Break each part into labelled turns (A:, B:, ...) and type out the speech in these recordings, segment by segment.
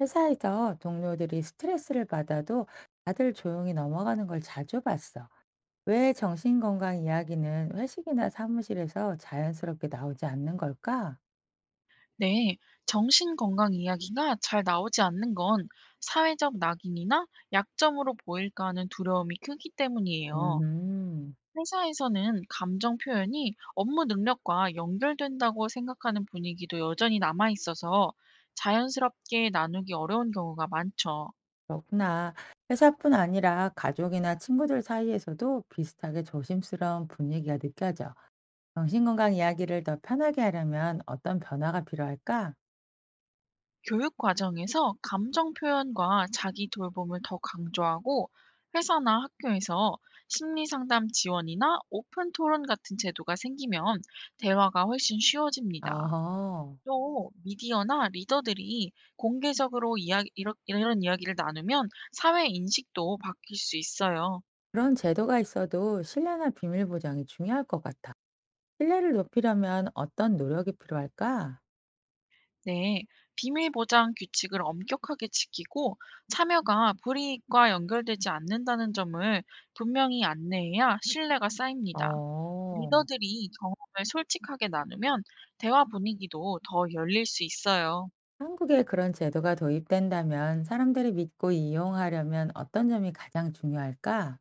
A: 회사에서 동료들이 스트레스를 받아도 다들 조용히 넘어가는 걸 자주 봤어. 왜 정신건강 이야기는 회식이나 사무실에서 자연스럽게 나오지 않는 걸까?
B: 네, 정신건강 이야기가 잘 나오지 않는 건 사회적 낙인이나 약점으로 보일까 하는 두려움이 크기 때문이에요.
A: 음,
B: 회사에서는 감정 표현이 업무 능력과 연결된다고 생각하는 분위기도 여전히 남아 있어서 자연스럽게 나누기 어려운 경우가 많죠.
A: 그렇구나. 회사뿐 아니라 가족이나 친구들 사이에서도 비슷하게 조심스러운 분위기가 느껴져. 정신건강 이야기를 더 편하게 하려면 어떤 변화가 필요할까?
B: 교육 과정에서 감정 표현과 자기 돌봄을 더 강조하고 회사나 학교에서 심리 상담 지원이나 오픈 토론 같은 제도가 생기면 대화가 훨씬 쉬워집니다.
A: 아하,
B: 또 미디어나 리더들이 공개적으로 이야 이 이런 이야기를 나누면 사회 인식도 바뀔 수 있어요.
A: 그런 제도가 있어도 신뢰나 비밀 보장이 중요할 것 같아. 신뢰를 높이려면 어떤 노력이 필요할까?
B: 네, 비밀 보장 규칙을 엄격하게 지키고 참여가 불이익과 연결되지 않는다는 점을 분명히 안내해야 신뢰가 쌓입니다.
A: 어,
B: 리더들이 경험을 솔직하게 나누면 대화 분위기도 더 열릴 수 있어요.
A: 한국에 그런 제도가 도입된다면 사람들이 믿고 이용하려면 어떤 점이 가장 중요할까?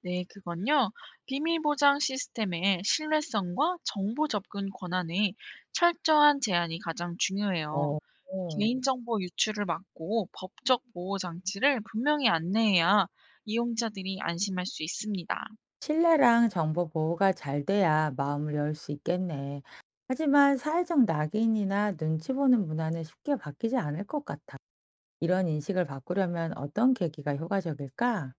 B: 네, 그건요. 비밀 보장 시스템의 신뢰성과 정보 접근 권한에 철저한 제한이 가장 중요해요.
A: 어, 어,
B: 개인정보 유출을 막고 법적 보호 장치를 분명히 안내해야 이용자들이 안심할 수 있습니다.
A: 신뢰랑 정보 보호가 잘 돼야 마음을 열 수 있겠네. 하지만 사회적 낙인이나 눈치 보는 문화는 쉽게 바뀌지 않을 것 같아. 이런 인식을 바꾸려면 어떤 계기가 효과적일까?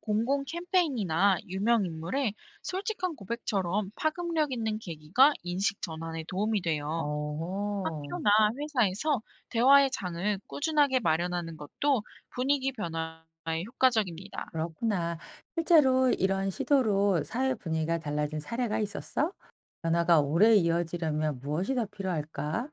B: 공공 캠페인이나 유명 인물의 솔직한 고백처럼 파급력 있는 계기가 인식 전환에 도움이 돼요.
A: 어.
B: 학교나 회사에서 대화의 장을 꾸준하게 마련하는 것도 분위기 변화에 효과적입니다.
A: 그렇구나. 실제로 이런 시도로 사회 분위기가 달라진 사례가 있었어? 변화가 오래 이어지려면 무엇이 더 필요할까?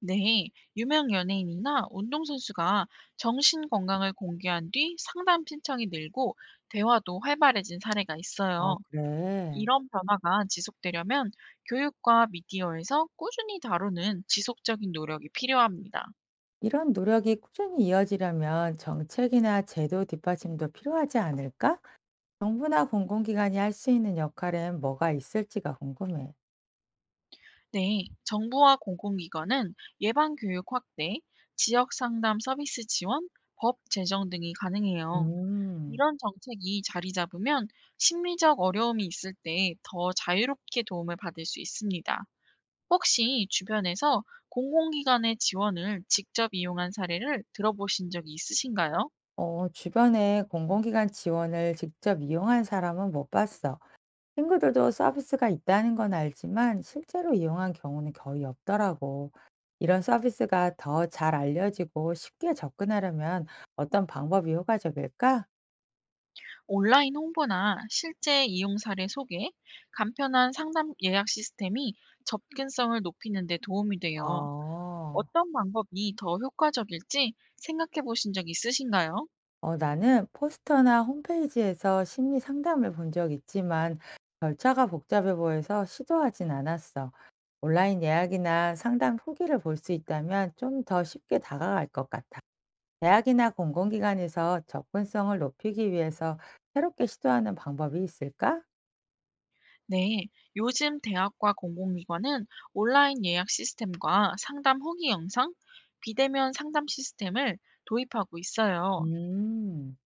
B: 네, 유명 연예인이나 운동선수가 정신 건강을 공개한 뒤 상담 신청이 늘고 대화도 활발해진 사례가
A: 아,
B: 있어요.
A: 그래.
B: 이런 변화가 지속되려면 교육과 미디어에서 꾸준히 다루는 지속적인 노력이 필요합니다.
A: 이런 노력이 꾸준히 이어지려면 정책이나 제도 뒷받침도 필요하지 않을까? 정부나 공공기관이 할 수 있는 역할엔 뭐가 있을지가 궁금해.
B: 네, 정부와 공공기관은 예방 교육 확대, 지역 상담 서비스 지원, 법 제정 등이 가능해요.
A: 음,
B: 이런 정책이 자리 잡으면 심리적 어려움이 있을 때 더 자유롭게 도움을 받을 수 있습니다. 혹시 주변에서 공공기관의 지원을 직접 이용한 사례를 들어보신 적이 있으신가요?
A: 주변에 공공기관 지원을 직접 이용한 사람은 못 봤어. 친구들도 서비스가 있다는 건 알지만 실제로 이용한 경우는 거의 없더라고. 이런 서비스가 더 잘 알려지고 쉽게 접근하려면 어떤 방법이 효과적일까?
B: 온라인 홍보나 실제 이용 사례 소개, 간편한 상담 예약 시스템이 접근성을 높이는 데 도움이
A: 아,
B: 돼요. 어떤 방법이 더 효과적일지 생각해 보신 적 있으신가요?
A: 나는 포스터나 홈페이지에서 심리 상담을 본 적 있지만 절차가 복잡해 보여서 시도하진 않았어. 온라인 예약이나 상담 후기를 볼 수 있다면 좀 더 쉽게 다가갈 것 같아. 대학이나 공공기관에서 접근성을 높이기 위해서 새롭게 시도하는 방법이 있을까?
B: 네, 요즘 대학과 공공기관은 온라인 예약 시스템과 상담 후기 영상, 비대면 상담 시스템을 도입하고 있어요.
A: 음,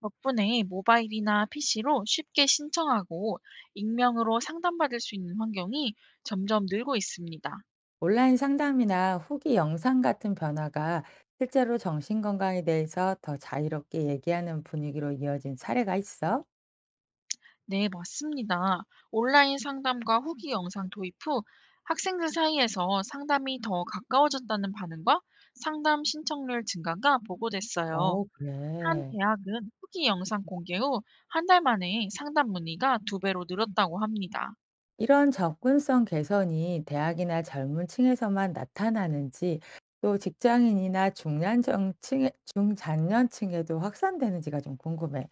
B: 덕분에 모바일이나 PC로 쉽게 신청하고 익명으로 상담받을 수 있는 환경이 점점 늘고 있습니다.
A: 온라인 상담이나 후기 영상 같은 변화가 실제로 정신건강에 대해서 더 자유롭게 얘기하는 분위기로 이어진 사례가 있어?
B: 네, 맞습니다. 온라인 상담과 후기 영상 도입 후 학생들 사이에서 상담이 더 가까워졌다는 반응과 상담 신청률 증가가 보고됐어요.
A: 어,
B: 한
A: 그래.
B: 대학은 후기 영상 공개 후 한 달 만에 상담 문의가 두 배로 늘었다고 합니다.
A: 이런 접근성 개선이 대학이나 젊은 층에서만 나타나는지 또 직장인이나 중년층에, 중장년층에도 확산되는지가 좀 궁금해.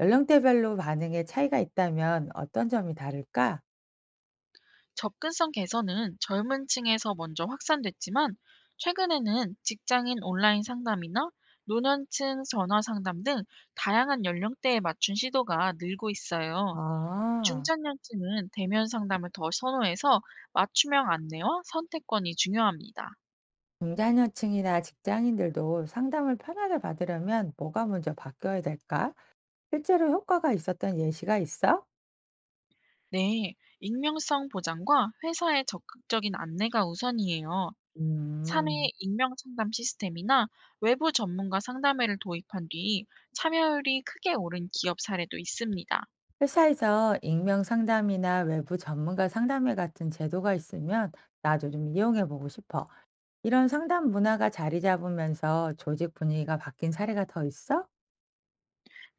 A: 연령대별로 반응에 차이가 있다면 어떤 점이 다를까?
B: 접근성 개선은 젊은 층에서 먼저 확산됐지만 최근에는 직장인 온라인 상담이나 노년층 전화 상담 등 다양한 연령대에 맞춘 시도가 늘고 있어요.
A: 아,
B: 중장년층은 대면 상담을 더 선호해서 맞춤형 안내와 선택권이 중요합니다.
A: 중장년층이나 직장인들도 상담을 편하게 받으려면 뭐가 먼저 바뀌어야 될까? 실제로 효과가 있었던 예시가 있어?
B: 네, 익명성 보장과 회사의 적극적인 안내가 우선이에요. 사내
A: 음.
B: 익명 상담 시스템이나 외부 전문가 상담회를 도입한 뒤 참여율이 크게 오른 기업 사례도 있습니다.
A: 회사에서 익명 상담이나 외부 전문가 상담회 같은 제도가 있으면 나도 좀 이용해 보고 싶어. 이런 상담 문화가 자리 잡으면서 조직 분위기가 바뀐 사례가 더 있어?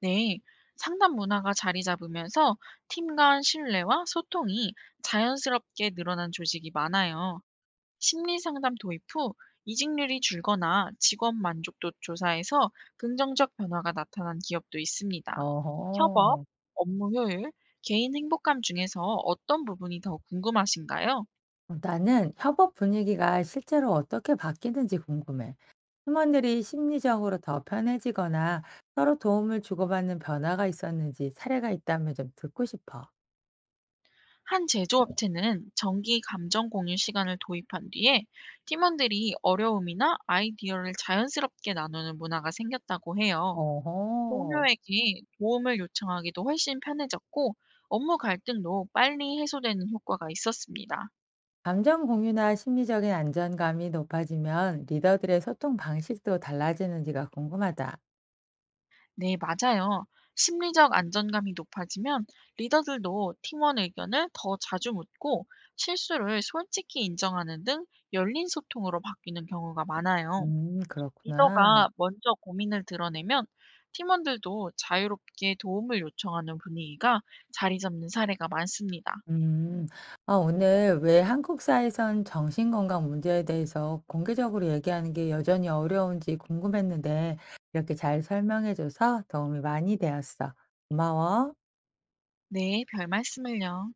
B: 네. 상담 문화가 자리 잡으면서 팀 간 신뢰와 소통이 자연스럽게 늘어난 조직이 많아요. 심리 상담 도입 후 이직률이 줄거나 직원 만족도 조사에서 긍정적 변화가 나타난 기업도 있습니다. 협업,
A: 어허.
B: 업무 효율, 개인 행복감 중에서 어떤 부분이 더 궁금하신가요?
A: 나는 협업 분위기가 실제로 어떻게 바뀌는지 궁금해. 팀원들이 심리적으로 더 편해지거나 서로 도움을 주고받는 변화가 있었는지 사례가 있다면 좀 듣고 싶어.
B: 한 제조업체는 정기 감정 공유 시간을 도입한 뒤에 팀원들이 어려움이나 아이디어를 자연스럽게 나누는 문화가 생겼다고 해요.
A: 어허.
B: 동료에게 도움을 요청하기도 훨씬 편해졌고 업무 갈등도 빨리 해소되는 효과가 있었습니다.
A: 감정 공유나 심리적인 안전감이 높아지면 리더들의 소통 방식도 달라지는지가 궁금하다.
B: 네, 맞아요. 심리적 안정감이 높아지면 리더들도 팀원 의견을 더 자주 묻고 실수를 솔직히 인정하는 등 열린 소통으로 바뀌는 경우가 많아요.
A: 그렇구나.
B: 리더가 먼저 고민을 드러내면 팀원들도 자유롭게 도움을 요청하는 분위기가 자리 잡는 사례가 많습니다.
A: 음, 아, 오늘 왜 한국사에선 정신건강 문제에 대해서 공개적으로 얘기하는 게 여전히 어려운지 궁금했는데 이렇게 잘 설명해줘서 도움이 많이 되었어. 고마워.
B: 네, 별 말씀을요.